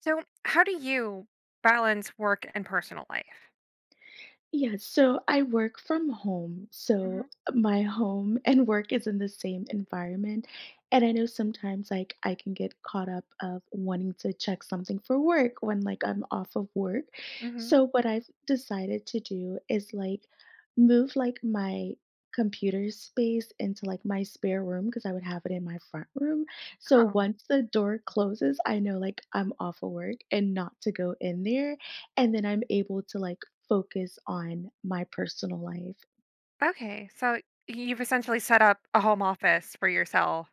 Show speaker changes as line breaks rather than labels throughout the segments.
So, how do you balance work and personal life?
Yeah, so I work from home.
Mhm.
So my home and work is in the same environment. And I know sometimes I can get caught up of wanting to check something for work when I'm off of work.
Mhm.
So what I've decided to do is move my computer space into my spare room because I would have it in my front room. So
Oh,
once the door closes, I know I'm off of work and not to go in there, and then I'm able to focus on my personal life.
okay. So you've essentially set up a home office for yourself.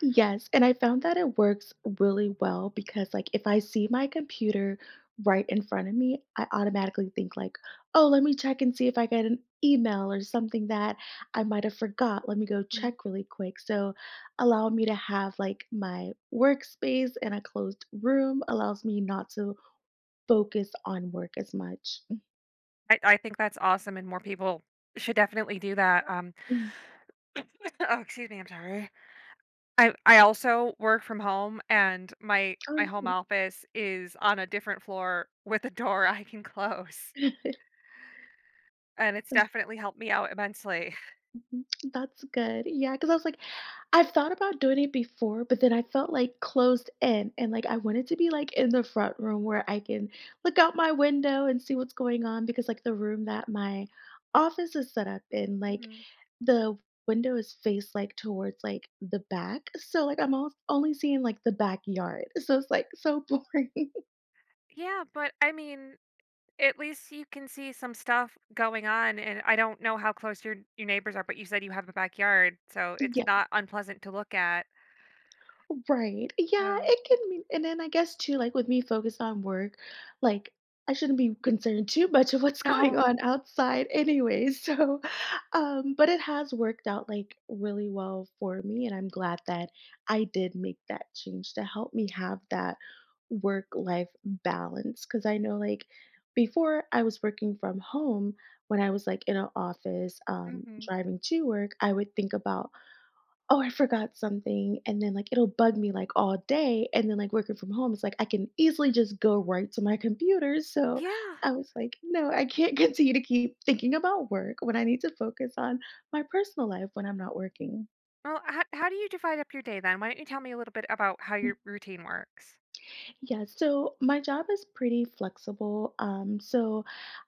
Yes, and I found that it works really well because if I see my computer right in front of me, I automatically think like, "Oh, let me check and see if I get an email or something that I might have forgot. Let me go
Mhm.
check really quick." So, allow me to have my workspace in a closed room allows me not to focus on work as much.
I think that's awesome, and more people should definitely do that.
Mhm.
Oh, excuse me, I'm sorry. I also work from home, and my
Oh,
home office is on a different floor with a door I can close,
nice.
and it's definitely helped me out immensely.
Mm, That's good. Yeah, because I was like, I've thought about doing it before, but then I felt like closed in and I wanted to be in the front room where I can look out my window and see what's going on because the room that my office is set up in, like
Mhm.
the window is faced like towards like the back. So like only seeing like the backyard. So it's like so boring.
Yeah, but I mean, at least you can see some stuff going on, and I don't know how close your neighbors are, but you said you have a backyard, so it's
Yeah.
not unpleasant to look at.
Right. Yeah,
No.
it can mean, and then I guess too, like with me focused on work, like I shouldn't be concerned too much of what's going
No.
on outside anyway. So, but it has worked out like really well for me. And I'm glad that I did make that change to help me have that work life balance. Cause I know before I was working from home, when I was in an office,
Mhm.
driving to work, I would think about, oh, I forgot something. And then it'll bug me like all day. And then working from home, it's like I can easily just go right to my computer. So
Yeah.
I was like, no, I can't continue to keep thinking about work when I need to focus on my personal life when I'm not working.
Well, how do you divide up your day then? Why don't you tell me a little bit about how your routine works?
Yeah, so my job is pretty flexible. So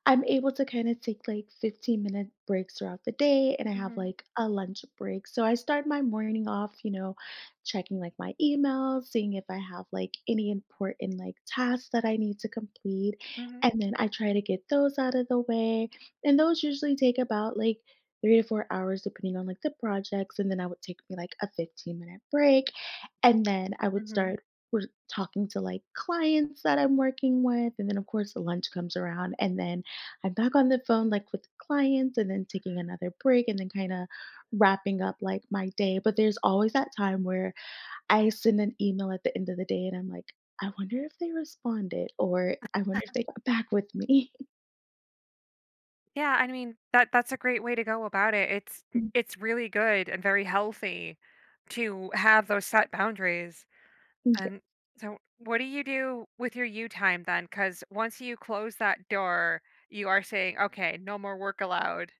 I'm able to kind of take like 15-minute breaks throughout the day, and I have
Mhm.
like a lunch break. So I start my morning off, you know, checking like my emails, seeing if I have like any important like tasks that I need to complete.
Mhm.
And then I try to get those out of the way. And those usually take about like 3 to 4 hours, depending on like the projects. And then I would take me like a 15-minute break, and then I would
Mhm.
start we're talking to like clients that I'm working with. And then, of course, lunch comes around. And then I'm back on the phone, like with clients, and then taking another break, and then kind of wrapping up like my day. But there's always that time where I send an email at the end of the day and I'm like, I wonder if they responded or I wonder if they got back with me.
Yeah, I mean, that's a great way to go about it. It's it's really good and very healthy to have those set boundaries.
Yeah,
And so, what do you do with your you time then? Because once you close that door, you are saying, okay, no more work allowed.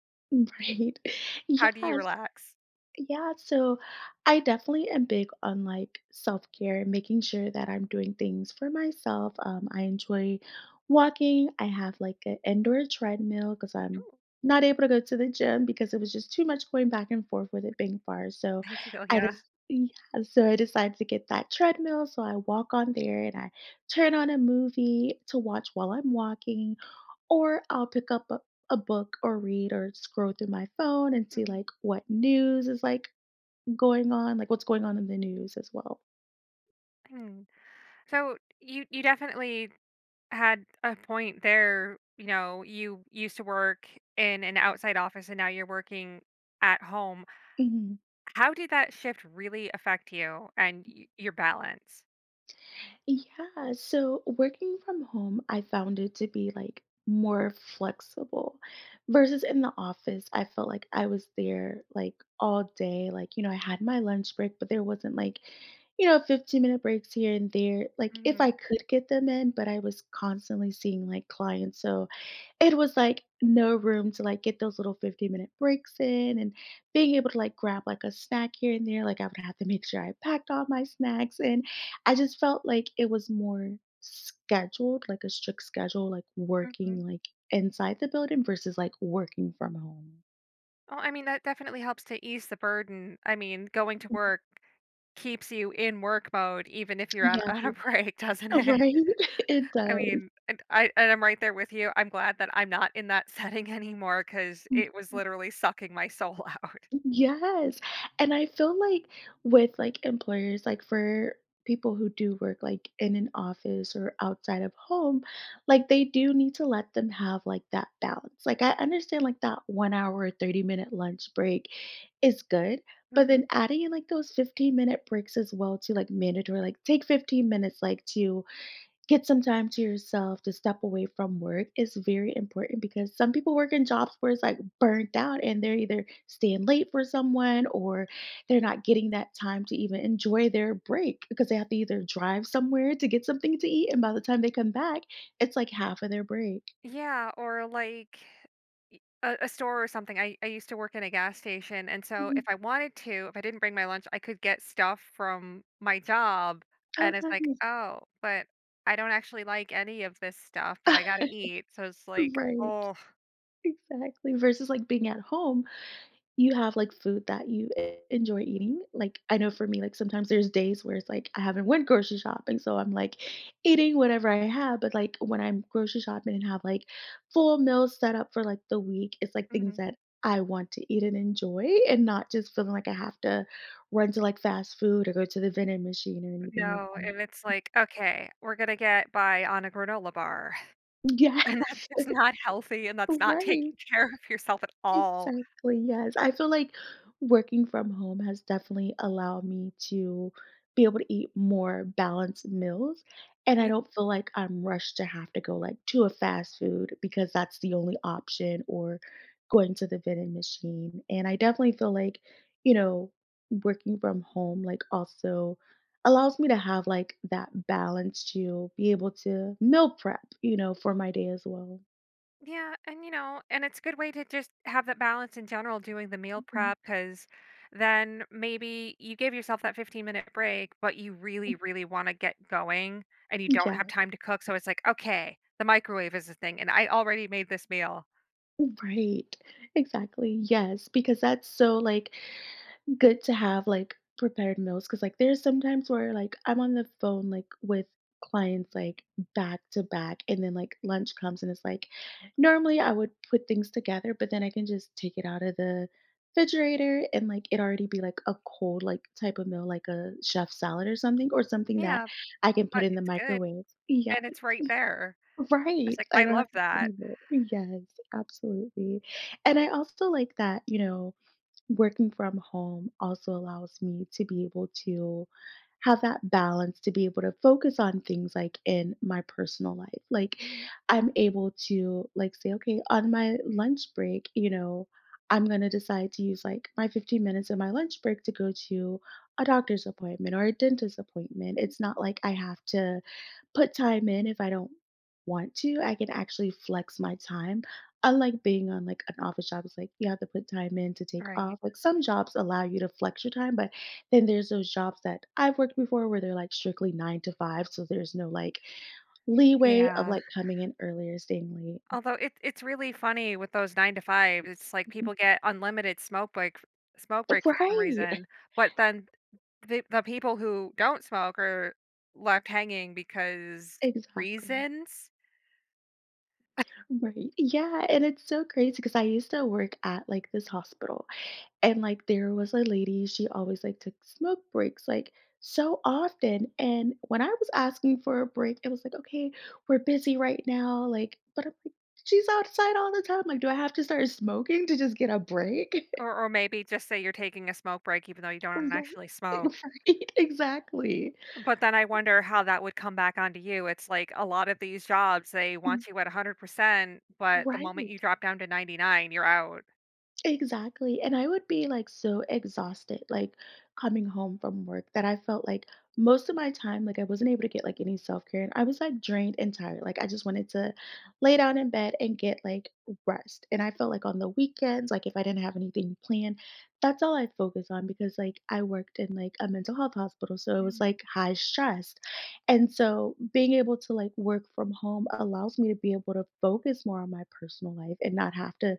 right. Yeah.
How do you relax?
Yeah, so I definitely am big on like self-care, making sure that I'm doing things for myself. I enjoy walking. I have like an indoor treadmill because I'm
Ooh,
not able to go to the gym because it was just too much going back and forth with it being far. So
I feel
I
yeah.
just yeah, so I decided to get that treadmill. So I walk on there, and I turn on a movie to watch while I'm walking, or I'll pick up a book or read or scroll through my phone and see
Mhm.
like what news is like going on, like what's going on in the news as well.
Hmm. So you definitely had a point there. You know, you used to work in an outside office, and now you're working at home.
Hmm.
How did that shift really affect you and your balance?
Yeah, so working from home, I found it to be like more flexible versus in the office. I felt like I was there like all day. Like, you know, I had my lunch break, but there wasn't like, you know, 15-minute breaks here and there. Like, if I
Hmm.
could get them in, but I was constantly seeing like clients. So it was, like, no room to, like, get those little 15-minute breaks in, and being able to, like, grab, like, a snack here and there, like, I would have to make sure I packed all my snacks, and I just felt like it was more scheduled, like, a strict schedule, like,
Hmm.
working, like, inside the building versus, like, working from home.
Well, I mean, that definitely helps to ease the burden. I mean, going to work keeps you in work mode, even if you're on,
Yeah,
on a break, doesn't it?
right? It
I
does.
mean, and I'm right there with you. I'm glad that I'm not in that setting anymore because it was
Mm.
literally sucking my soul out.
Yes, and I feel like with, like, employers, like, for people who do work, like, in an office or outside of home, like, they do need to let them have, like, that balance. Like, I understand, like, that 1 hour or 30-minute lunch break is good, but
Mhm.
then adding in, like, those 15-minute breaks as well to, like, mandatory, like, take 15 minutes, like, to get some time to yourself to step away from work is very important because some people work in jobs where it's like burnt out and they're either staying late for someone or they're not getting that time to even enjoy their break because they have to either drive somewhere to get something to eat. And by the time they come back, it's like half of their break.
Yeah, or like a store or something. I used to work in a gas station, and so
Mhm.
if I wanted to, if I didn't bring my lunch, I could get stuff from my job.
Oh,
And it's like,
nice.
oh, but I don't actually like any of this stuff, but I gotta eat. So it's like,
Right.
oh,
Exactly. Versus like being at home, you have, like, food that you enjoy eating? Like, I know for me, like, sometimes there's days where it's like I haven't went grocery shopping, so I'm, like, eating whatever I have, but, like, when I'm grocery shopping and have, like, full meals set up for, like, the week, it's, like, things
mhm,
that I want to eat and enjoy and not just feeling like I have to run to, like, fast food or go to the vending machine or anything like
no.
that.
And it's like, okay, we're gonna get by on a granola bar.
Yes.
And that's just not healthy, and that's not
Right.
taking care of yourself at all.
Exactly, yes. I feel like working from home has definitely allowed me to be able to eat more balanced meals. And I
Yeah,
don't feel like I'm rushed to have to go like to a fast food because that's the only option or going to the vending machine. And I definitely feel like, you know, working from home like also allows me to have like that balance to be able to meal prep, you know, for my day as well.
yeah, and, you know, and it's a good way to just have that balance in general doing the meal
Mhm.
prep, because then maybe you give yourself that 15-minute break, but you really, really wanna get going and you don't have
Yeah.
time to cook, so it's like, "Okay, the microwave is a thing, and I already made this meal."
Right. Exactly. Yes, because that's so like good to have like prepared meals cuz like there's sometimes where like I'm on the phone like with clients like back to back, and then like lunch comes and it's like normally I would put things together, but then I can just take it out of the refrigerator and like it already be like a cold like type of meal like a chef salad or something that
Yeah,
I can put
but
in the
it's good,
microwave. Yeah.
and it's right there.
Right,
It's like,
I
I
don't
love
have to do
that.
any work. Yes, absolutely, and I also like that, you know, working from home also allows me to be able to have that balance to be able to focus on things, like, in my personal life, like,
Mhm.
I'm able to, like, say, "Okay, on my lunch break," you know, "I'm gonna decide to use, like, my 15 minutes of my lunch break to go to a doctor's appointment or a dentist appointment." It's not like I have to put time in if I don't want to. I can actually flex my time. Unlike being on like an office job, it's like you have to put time in to take
Right.
off. Like some jobs allow you to flex your time, but then there's those jobs that I've worked before where they're like strictly 9 to 5. So there's no like leeway of
Yeah.
like coming in earlier, staying late.
Although it's really funny with those 9 to 5, it's like
Mhm.
people get unlimited smoke break for some
Right.
reason, but then the people who don't smoke are left hanging because
Exactly.
reasons,
Right. Yeah. And it's so crazy because I used to work at like this hospital, and, like, there was a lady, she always, like, took smoke breaks, like, so often, and when I was asking for a break, it was like, "Okay, we're busy right now," like, but I'm like, "She's outside all the time, like, do I have to start smoking to just get a break?"
or maybe just say you're taking a smoke break even though you don't
Right.
actually smoke.
Right, exactly.
But then I wonder how that would come back onto you. It's like a lot of these jobs, they
Mm,
want you at 100%, but the moment
right.
you drop down to 99, you're out.
Exactly, and I would be, like, so exhausted, like, coming home from work that I felt like most of my time, like, I wasn't able to get, like, any self-care, and I was, like, drained and tired, like, I just wanted to lay down in bed and get, like, rest, and I felt like on the weekends, like, if I didn't have anything planned, that's all I'd focus on because, like, I worked in, like, a mental health hospital, so it was,
Mhm.
like, high stressed, and so being able to, like, work from home allows me to be able to focus more on my personal life and not have to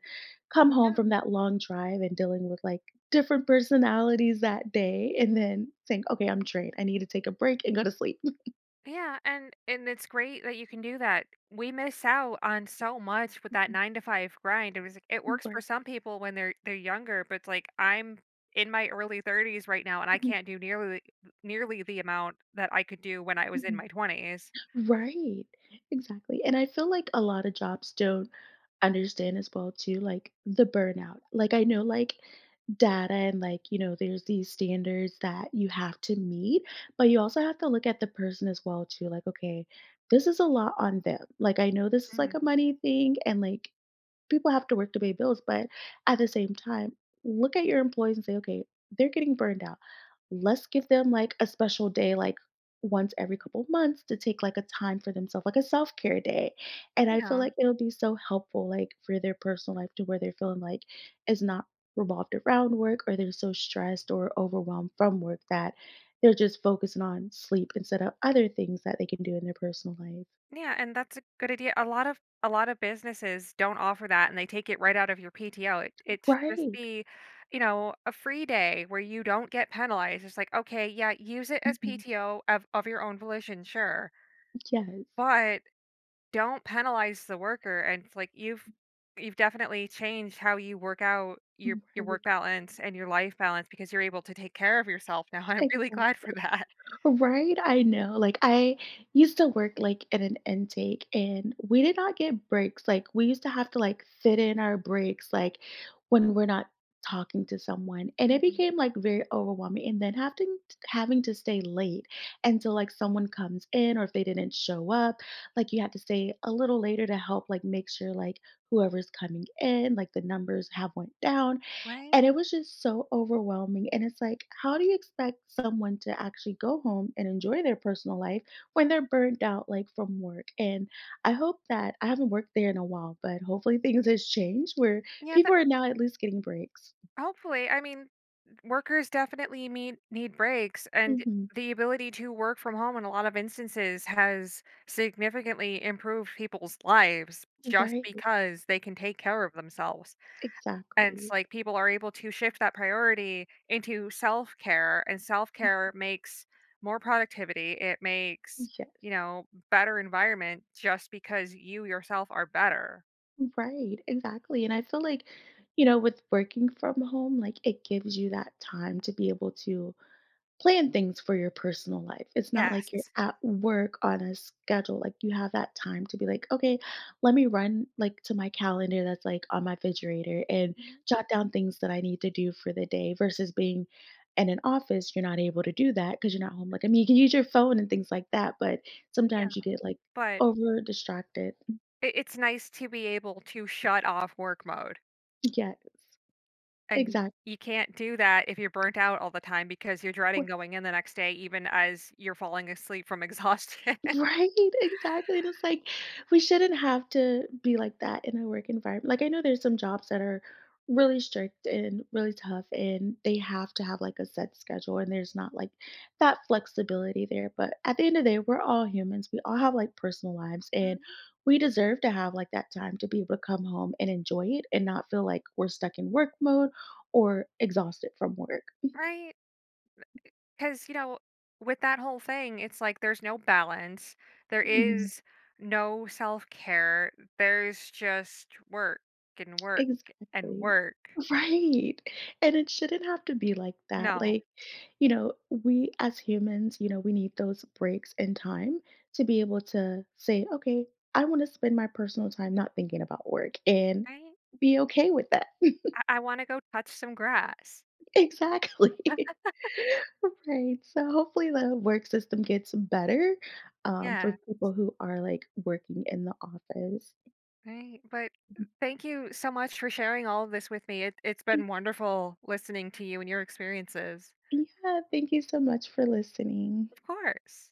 come home from that long drive and dealing with like different personalities that day and then saying, okay, I'm drained. I need to take a break and go to sleep.
Yeah, and it's great that you can do that. We miss out on so much with that 9 to 5 grind. It was like it works for
Right.
some people when they're younger, but it's like I'm in my early 30s right now and I
Mhm.
can't do nearly the amount that I could do when I was in
Mhm.
my 20s.
Right. Exactly. And I feel like a lot of jobs don't understand as well too, like the burnout. Like I know like data and like, you know, there's these standards that you have to meet, but you also have to look at the person as well too. Like, okay, this is a lot on them. Like I know this is like a
Mm.
money thing and like people have to work to pay bills, but at the same time, look at your employees and say, okay, they're getting burned out. Let's give them like a special day, like once every couple months to take like a time for themselves, like a self care day. And I feel
Yeah.
like it'll be so helpful, like for their personal life to where they're feeling like it's not revolved around work or they're so stressed or overwhelmed from work that they're just focusing on sleep instead of other things that they can do in their personal life.
Yeah, and that's a good idea. A lot of businesses don't offer that and they take it right out of your PTO. It should just
Right.
be, you know, a free day where you don't get penalized. It's like, okay, yeah, use it as
Mhm.
PTO of, your own volition, sure.
Yes.
But don't penalize the worker and it's like you've definitely changed how you work out your work
Right.
balance and your life balance because you're able to take care of yourself now. I'm really
Exactly.
glad for that.
Right? I know. Like I used to work like in an intake and we did not get breaks. Like we used to have to like fit in our breaks like when we're not talking to someone. And it
Mhm.
became like very overwhelming and then having to stay late until like someone comes in or if they didn't show up, like you had to stay a little later to help like make sure like whoever's coming in, like the numbers have went down.
Right?
And it was just so overwhelming, and it's like, how do you expect someone to actually go home and enjoy their personal life when they're burnt out, like, from work? And I hope that I haven't worked there in a while, but hopefully things has changed where
Yeah,
people
that
are now at least getting breaks.
hopefully, I mean, workers definitely need breaks, and
Mhm.
the ability to work from home in a lot of instances has significantly improved people's lives just
Right,
because they can take care of themselves. And it's
exactly.
like people are able to shift that priority into self care, and self care makes more productivity. It makes,
Yes,
you know, better environment just because you yourself are better.
right, exactly, and I feel like, you know, with working from home, like, it gives you that time to be able to plan things for your personal life. It's not like you're
Yes.
at work on a schedule. Like you have that time to be like, okay, let me run like to my calendar that's like on my refrigerator and
Mhm.
jot down things that I need to do for the day versus being in an office, you're not able to do that because you're not home. Like, I mean, you can use your phone and things like that, but
Yeah,
sometimes you get like
but
over distracted.
it it's nice to be able to shut off work mode,
Yeah,
and
exactly.
you can't do that if you're burnt out all the time because you're dreading going in the next day even as you're falling asleep from exhaustion.
Right, exactly, and it's like, we shouldn't have to be like that in a work environment. Like, I know there's some jobs that are really strict and really tough, and they have to have, like, a set schedule, and there's not, like, that flexibility there, but at the end of the day, we're all humans, we all have, like, personal lives, and
Mhm.
we deserve to have, like, that time to be able to come home and enjoy it and not feel like we're stuck in work mode or exhausted from work.
Right? Because you know, with that whole thing, it's like there's no balance, there
Mhm.
is no self-care, there's just work and work and
Exactly.
work.
Right. And it shouldn't have to be like that.
No,
Like, you know, we as humans, you know, we need those breaks in time to be able to say, okay, I want to spend my personal time not thinking about work and
right?
be okay with that.
I wanna go touch some grass.
Exactly. Right. So hopefully the work system gets better for
Yeah.
people who are like working in the office.
Right. But thank you so much for sharing all of this with me. It's been wonderful listening to you and your experiences.
Yeah. Thank you so much for listening.
Of course.